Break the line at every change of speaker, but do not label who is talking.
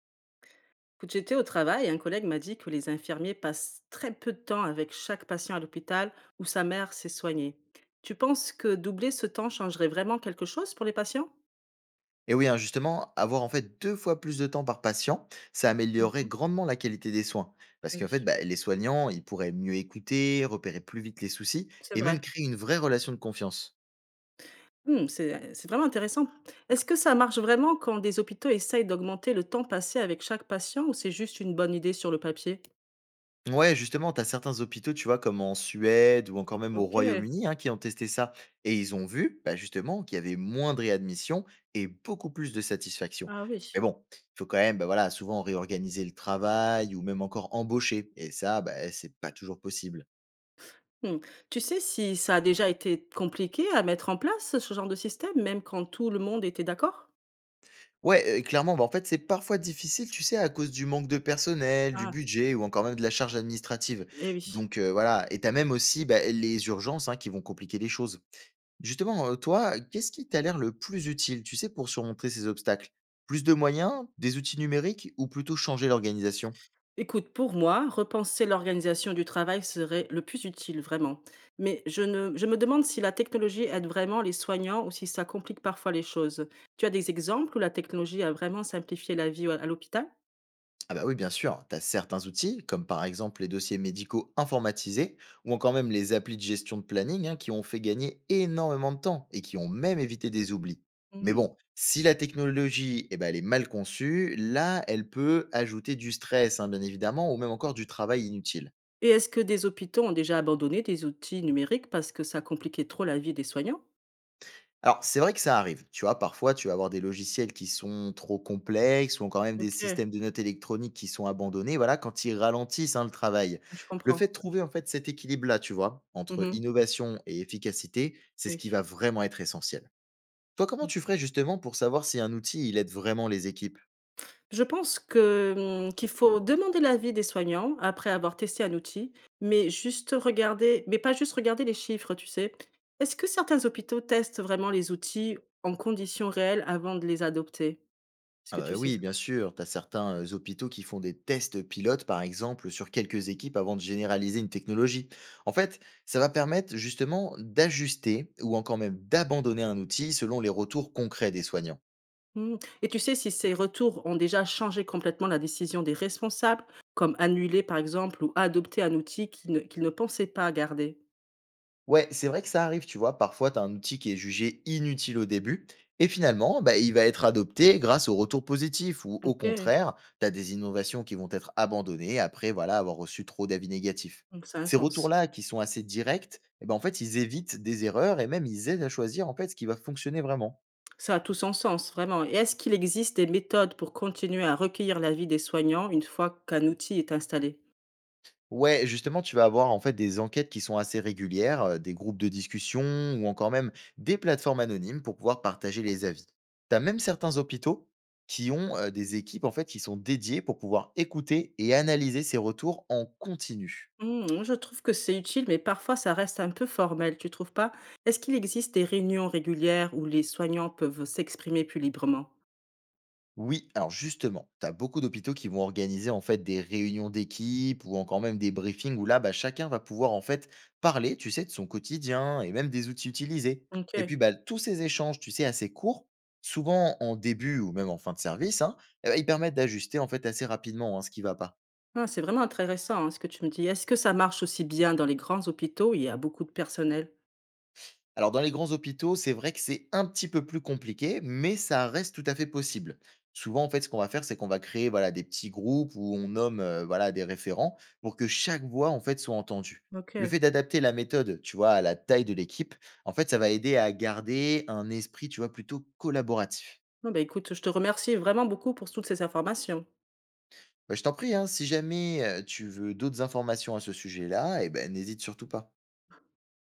Écoute, j'étais au travail et un collègue m'a dit que les infirmiers passent très peu de temps avec chaque patient à l'hôpital où sa mère s'est soignée. Tu penses que doubler ce temps changerait vraiment quelque chose pour les patients?
Et oui, hein, justement, avoir en fait deux fois plus de temps par patient, ça améliorerait
Mhm.
grandement la qualité des soins. Parce
Ah
qu'en fait,
oui,
bah, les soignants, ils pourraient mieux écouter, repérer plus vite les soucis
c'est
et même
vrai.
créer une vraie relation de confiance.
Hmm, c'est vraiment intéressant. Est-ce que ça marche vraiment quand des hôpitaux essayent d'augmenter le temps passé avec chaque patient, ou c'est juste une bonne idée sur le papier?
Ouais, justement, t'as certains hôpitaux, tu vois, comme en Suède ou encore même au
Ok.
Royaume-Uni, hein, qui ont testé ça. Et ils ont vu, bah, justement, qu'il y avait moins de réadmissions et beaucoup plus de satisfaction.
Ah oui.
Mais bon, il faut quand même, bah, voilà, souvent réorganiser le travail ou même encore embaucher. Et ça, bah, c'est pas toujours possible.
Hmm. Tu sais si ça a déjà été compliqué à mettre en place ce genre de système, même quand tout le monde était d'accord?
Ouais, clairement, bah, en fait, c'est parfois difficile, tu sais, à cause du manque de personnel, du
Ah,
budget ou encore même de la charge administrative.
eh oui.
Donc, voilà, et t'as même aussi, bah, les urgences, hein, qui vont compliquer les choses. Justement, toi, qu'est-ce qui t'a l'air le plus utile, tu sais, pour surmonter ces obstacles? Plus de moyens, des outils numériques ou plutôt changer l'organisation?
Écoute, pour moi, repenser l'organisation du travail serait le plus utile, vraiment. Mais je me demande si la technologie aide vraiment les soignants ou si ça complique parfois les choses. Tu as des exemples où la technologie a vraiment simplifié la vie à l'hôpital?
Ah bah oui, bien sûr, tu as certains outils, comme par exemple les dossiers médicaux informatisés, ou encore même les applis de gestion de planning, hein, qui ont fait gagner énormément de temps et qui ont même évité des oublis. Mais
Hmm.
bon, si la technologie eh ben, elle est mal conçue, là, elle peut ajouter du stress, hein, bien évidemment, ou même encore du travail inutile.
Et est-ce que des hôpitaux ont déjà abandonné des outils numériques parce que ça compliquait trop la vie des soignants?
Alors, c'est vrai que ça arrive, tu vois? Parfois, tu vas avoir des logiciels qui sont trop complexes ou encore même des
Ok,
systèmes de notes électroniques qui sont abandonnés, voilà, quand ils ralentissent, hein, le travail.
je
Le
comprends.
fait de trouver, en fait, cet équilibre-là, tu vois, entre
Mhm.
innovation et efficacité, c'est ce qui va
Oui.
vraiment être essentiel. Toi, comment
Mmh.
tu ferais justement pour savoir si un outil, il aide vraiment les équipes?
Je pense que, mmh, qu'il faut demander l'avis des soignants après avoir testé un outil, mais pas juste regarder les chiffres, tu sais? Est-ce que certains hôpitaux testent vraiment les outils en conditions réelles avant de les adopter? Est-ce
Ah
que tu
bah,
sais ça?
oui, bien sûr, tu as certains hôpitaux qui font des tests pilotes, par exemple, sur quelques équipes avant de généraliser une technologie. En fait, ça va permettre justement d'ajuster ou encore même d'abandonner un outil selon les retours concrets des soignants.
Mmh, et tu sais si ces retours ont déjà changé complètement la décision des responsables, comme annuler, par exemple, ou adopter un outil qu'ils ne pensaient pas garder?
Ouais, c'est vrai que ça arrive, tu vois. Parfois, tu as un outil qui est jugé inutile au début, et finalement, bah, il va être adopté grâce au retour positif, ou au
OK,
contraire, tu as des innovations qui vont être abandonnées après voilà, avoir reçu trop d'avis négatifs.
donc ça a un
Ces
sens.
retours-là, qui sont assez directs, eh ben, en fait, ils évitent des erreurs et même ils aident à choisir en fait, ce qui va fonctionner vraiment.
Ça a tout son sens, vraiment. Et est-ce qu'il existe des méthodes pour continuer à recueillir l'avis des soignants une fois qu'un outil est installé?
Ouais, justement, tu vas avoir en fait des enquêtes qui sont assez régulières, des groupes de discussion ou encore même des plateformes anonymes pour pouvoir partager les avis. Tu as même certains hôpitaux qui ont des équipes en fait qui sont dédiées pour pouvoir écouter et analyser ces retours en continu.
Hmm, je trouve que c'est utile, mais parfois ça reste un peu formel, tu trouves pas? Est-ce qu'il existe des réunions régulières où les soignants peuvent s'exprimer plus librement?
Oui, alors justement, tu as beaucoup d'hôpitaux qui vont organiser en fait des réunions d'équipe ou encore même des briefings où là, bah, chacun va pouvoir en fait parler, tu sais, de son quotidien et même des outils utilisés.
Ok.
Et puis, bah, tous ces échanges, tu sais, assez courts, souvent en début ou même en fin de service, hein, eh ben, ils permettent d'ajuster en fait assez rapidement hein, ce qui va pas.
Ah, c'est vraiment intéressant hein, ce que tu me dis. Est-ce que ça marche aussi bien dans les grands hôpitaux, où il y a beaucoup de personnel?
Alors, dans les grands hôpitaux, c'est vrai que c'est un petit peu plus compliqué, mais ça reste tout à fait possible. Souvent, en fait, ce qu'on va faire, c'est qu'on va créer voilà, des petits groupes où on nomme voilà, des référents pour que chaque voix, en fait, soit entendue.
Ok.
Le fait d'adapter la méthode, tu vois, à la taille de l'équipe, en fait, ça va aider à garder un esprit, tu vois, plutôt collaboratif.
Non, bah, écoute, je te remercie vraiment beaucoup pour toutes ces informations.
Bah, je t'en prie, hein, si jamais tu veux d'autres informations à ce sujet-là, eh ben, n'hésite surtout pas.